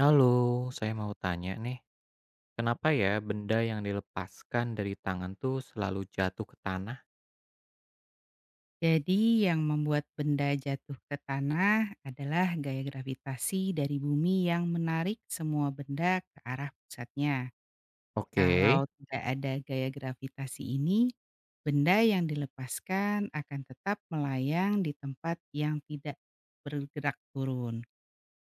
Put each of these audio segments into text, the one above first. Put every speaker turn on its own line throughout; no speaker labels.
Halo, saya mau tanya nih, kenapa ya benda yang dilepaskan dari tangan tuh selalu jatuh ke tanah?
Jadi yang membuat benda jatuh ke tanah adalah gaya gravitasi dari bumi yang menarik semua benda ke arah pusatnya.
Oke.
Kalau tidak ada gaya gravitasi ini, benda yang dilepaskan akan tetap melayang di tempat yang tidak bergerak turun.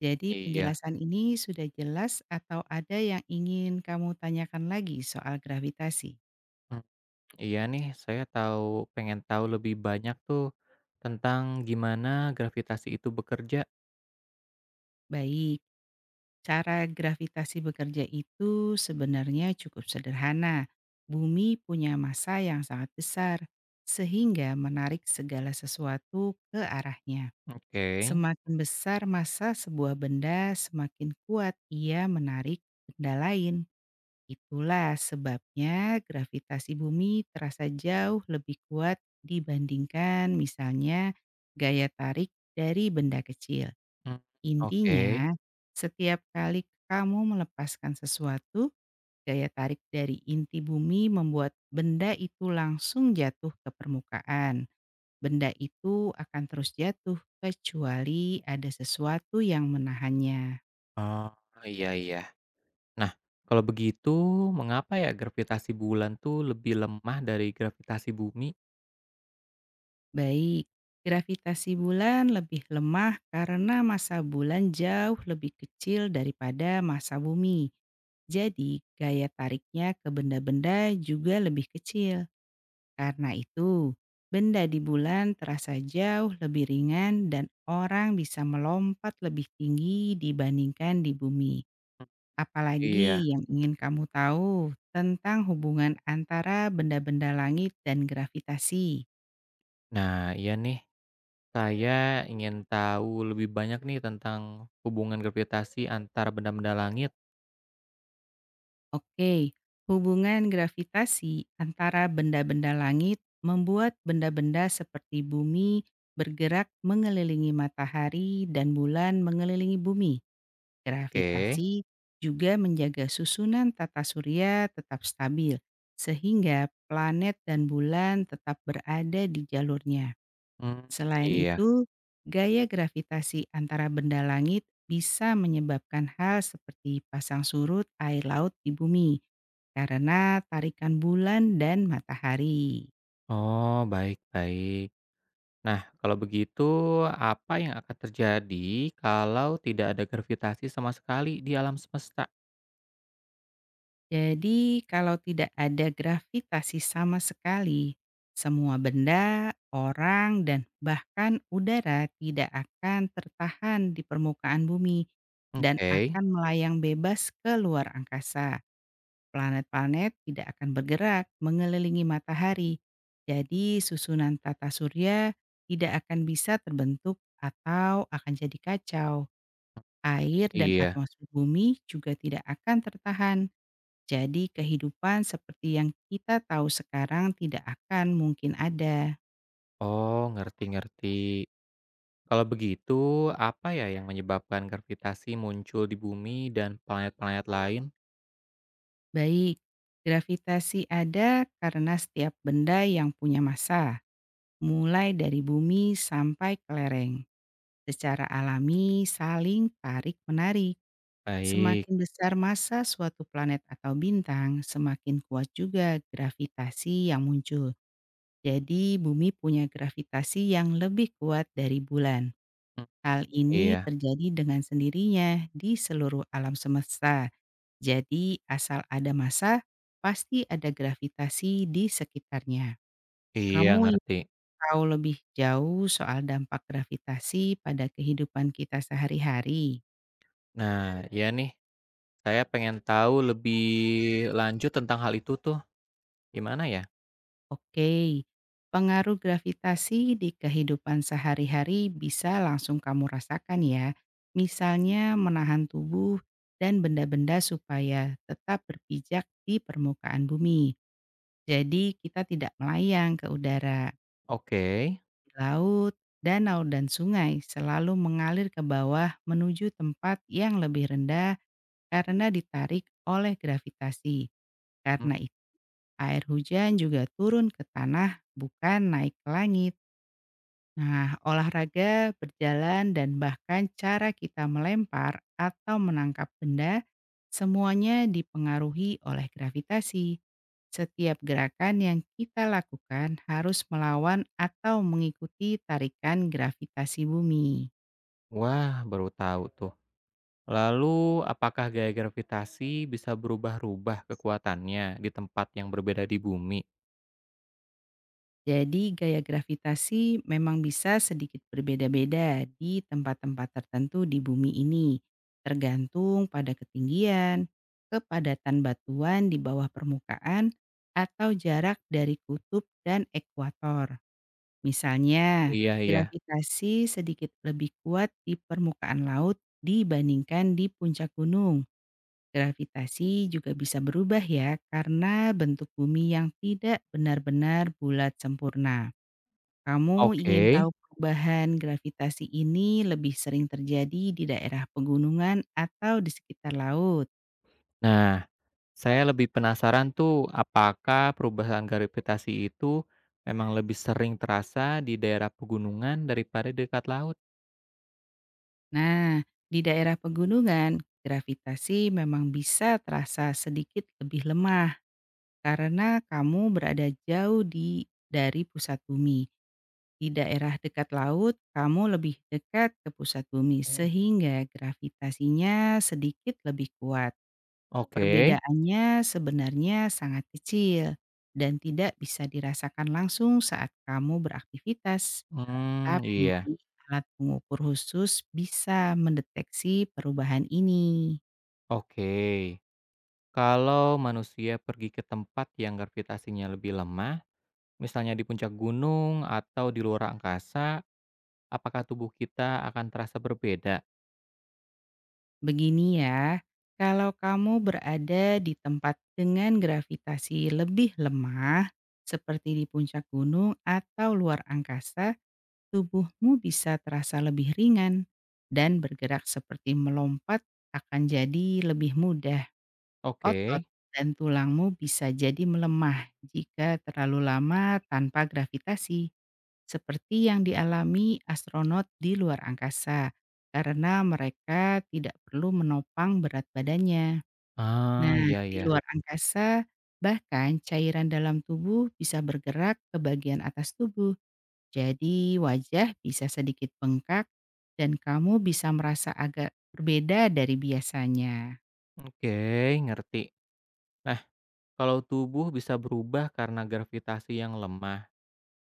Jadi
Iya.
penjelasan ini sudah jelas atau ada yang ingin kamu tanyakan lagi soal gravitasi?
Hmm, iya nih, saya tahu pengen tahu lebih banyak tuh tentang gimana gravitasi itu bekerja.
Baik. Cara gravitasi bekerja itu sebenarnya cukup sederhana. Bumi punya massa yang sangat besar, sehingga menarik segala sesuatu ke arahnya.
Oke.
Semakin besar massa sebuah benda, semakin kuat ia menarik benda lain. Itulah sebabnya gravitasi bumi terasa jauh lebih kuat dibandingkan misalnya gaya tarik dari benda kecil.
Hmm. Oke.
Intinya, setiap kali kamu melepaskan sesuatu, gaya tarik dari inti bumi membuat benda itu langsung jatuh ke permukaan. Benda itu akan terus jatuh kecuali ada sesuatu yang menahannya.
Oh, iya iya. Nah, kalau begitu, mengapa ya gravitasi bulan tuh lebih lemah dari gravitasi bumi?
Baik, gravitasi bulan lebih lemah karena massa bulan jauh lebih kecil daripada massa bumi. Jadi, gaya tariknya ke benda-benda juga lebih kecil. Karena itu, benda di bulan terasa jauh lebih ringan dan orang bisa melompat lebih tinggi dibandingkan di bumi.
Hmm. Iya.
Apalagi yang ingin kamu tahu tentang hubungan antara benda-benda langit dan gravitasi.
Nah, iya nih. Saya ingin tahu lebih banyak nih tentang hubungan gravitasi antar benda-benda langit.
Oke, hubungan gravitasi antara benda-benda langit membuat benda-benda seperti bumi bergerak mengelilingi matahari dan bulan mengelilingi bumi.
Oke.
Gravitasi juga menjaga susunan tata surya tetap stabil, sehingga planet dan bulan tetap berada di jalurnya.
Mmm.
Selain
Iya.
itu, gaya gravitasi antara benda langit bisa menyebabkan hal seperti pasang surut air laut di bumi karena tarikan bulan dan matahari.
Oh, baik baik. Nah, kalau begitu apa yang akan terjadi kalau tidak ada gravitasi sama sekali di alam semesta?
Jadi, kalau tidak ada gravitasi sama sekali, semua benda, orang, dan bahkan udara tidak akan tertahan di permukaan bumi dan
Oke.
akan melayang bebas ke luar angkasa. Planet-planet tidak akan bergerak mengelilingi matahari. Jadi, susunan tata surya tidak akan bisa terbentuk atau akan jadi kacau. Air dan
Iya.
atmosfer bumi juga tidak akan tertahan jadi kehidupan seperti yang kita tahu sekarang tidak akan mungkin ada.
Oh, ngerti ngerti. Kalau begitu, apa ya yang menyebabkan gravitasi muncul di bumi dan planet-planet lain?
Baik, gravitasi ada karena setiap benda yang punya massa, mulai dari bumi sampai ke lereng, secara alami saling tarik-menarik.
Baik.
Semakin besar massa suatu planet atau bintang, semakin kuat juga gravitasi yang muncul. Jadi bumi punya gravitasi yang lebih kuat dari bulan.
Mmm.
Hal ini
Iya,
terjadi dengan sendirinya di seluruh alam semesta. Jadi, asal ada massa, pasti ada gravitasi di sekitarnya.
iya
Kamu ingin
ngerti.
tahu lebih jauh soal dampak gravitasi pada kehidupan kita sehari-hari?
Nah, ya nih, saya pengen tahu lebih lanjut tentang hal itu tuh, gimana ya?
Oke, pengaruh gravitasi di kehidupan sehari-hari bisa langsung kamu rasakan ya. Misalnya menahan tubuh dan benda-benda supaya tetap berpijak di permukaan bumi. Jadi kita tidak melayang ke udara.
Oke.
Laut, danau, dan sungai selalu mengalir ke bawah menuju tempat yang lebih rendah karena ditarik oleh gravitasi.
Mm.
Karena itu air hujan juga turun ke tanah bukan naik ke langit. Nah, olahraga, berjalan, dan bahkan cara kita melempar atau menangkap benda, semuanya dipengaruhi oleh gravitasi. Setiap gerakan yang kita lakukan harus melawan atau mengikuti tarikan gravitasi bumi.
Wah baru tahu tuh. Lalu, apakah gaya gravitasi bisa berubah-ubah kekuatannya di tempat yang berbeda di bumi?
Jadi gaya gravitasi memang bisa sedikit berbeda-beda di tempat-tempat tertentu di bumi ini, tergantung pada ketinggian, kepadatan batuan di bawah permukaan, atau jarak dari kutub dan ekuator. Misalnya,
Iya, iya.
gravitasi sedikit lebih kuat di permukaan laut dibandingkan di puncak gunung. Gravitasi juga bisa berubah ya karena bentuk bumi yang tidak benar-benar bulat sempurna. Kamu
Oke.
ingin tahu perubahan gravitasi ini lebih sering terjadi di daerah pegunungan atau di sekitar laut.
Nah, saya lebih penasaran tuh, apakah perubahan gravitasi itu memang lebih sering terasa di daerah pegunungan daripada dekat laut?
Nah, di daerah pegunungan, gravitasi memang bisa terasa sedikit lebih lemah karena kamu berada jauh di dari pusat bumi. Di daerah dekat laut, kamu lebih dekat ke pusat bumi
Eh.
sehingga gravitasinya sedikit lebih kuat.
Oke.
Perbedaannya sebenarnya sangat kecil dan tidak bisa dirasakan langsung saat kamu beraktivitas.
Hmm.
Tapi
Iya.
alat pengukur khusus bisa mendeteksi perubahan ini.
Oke, kalau manusia pergi ke tempat yang gravitasinya lebih lemah, misalnya di puncak gunung atau di luar angkasa, apakah tubuh kita akan terasa berbeda?
Begini ya, kalau kamu berada di tempat dengan gravitasi lebih lemah, seperti di puncak gunung atau luar angkasa, tubuhmu bisa terasa lebih ringan dan bergerak seperti melompat akan jadi lebih mudah. Otot
Oke.
dan tulangmu bisa jadi melemah jika terlalu lama tanpa gravitasi, seperti yang dialami astronot di luar angkasa, karena mereka tidak perlu menopang berat badannya.
Ah,
Nah,
iya
di
ya.
luar angkasa, bahkan cairan dalam tubuh bisa bergerak ke bagian atas tubuh, jadi wajah bisa sedikit bengkak dan kamu bisa merasa agak berbeda dari biasanya.
Oke, ngerti. Nah, kalau tubuh bisa berubah karena gravitasi yang lemah,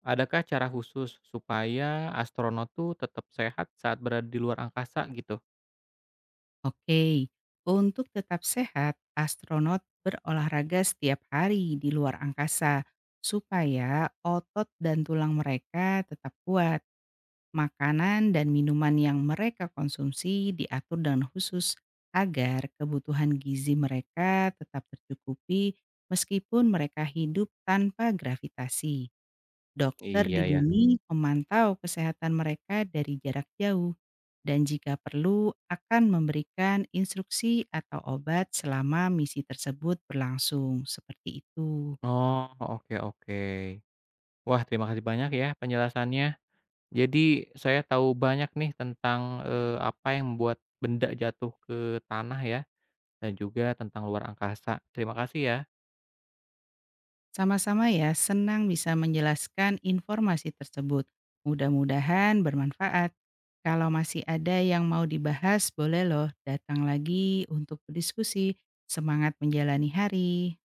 adakah cara khusus supaya astronot tuh tetap sehat saat berada di luar angkasa gitu?
Oke, untuk tetap sehat, astronot berolahraga setiap hari di luar angkasa supaya otot dan tulang mereka tetap kuat. Makanan dan minuman yang mereka konsumsi diatur dengan khusus agar kebutuhan gizi mereka tetap tercukupi meskipun mereka hidup tanpa gravitasi. Dokter
Iya
di
ya.
bumi memantau kesehatan mereka dari jarak jauh dan jika perlu akan memberikan instruksi atau obat selama misi tersebut berlangsung, seperti itu.
Oh, oke oke. Wah, terima kasih banyak ya penjelasannya. Jadi saya tahu banyak nih tentang, apa yang membuat benda jatuh ke tanah ya, dan juga tentang luar angkasa. Terima kasih ya.
Sama-sama ya, senang bisa menjelaskan informasi tersebut. Mudah-mudahan bermanfaat. Kalau masih ada yang mau dibahas, boleh loh datang lagi untuk berdiskusi. Semangat menjalani hari.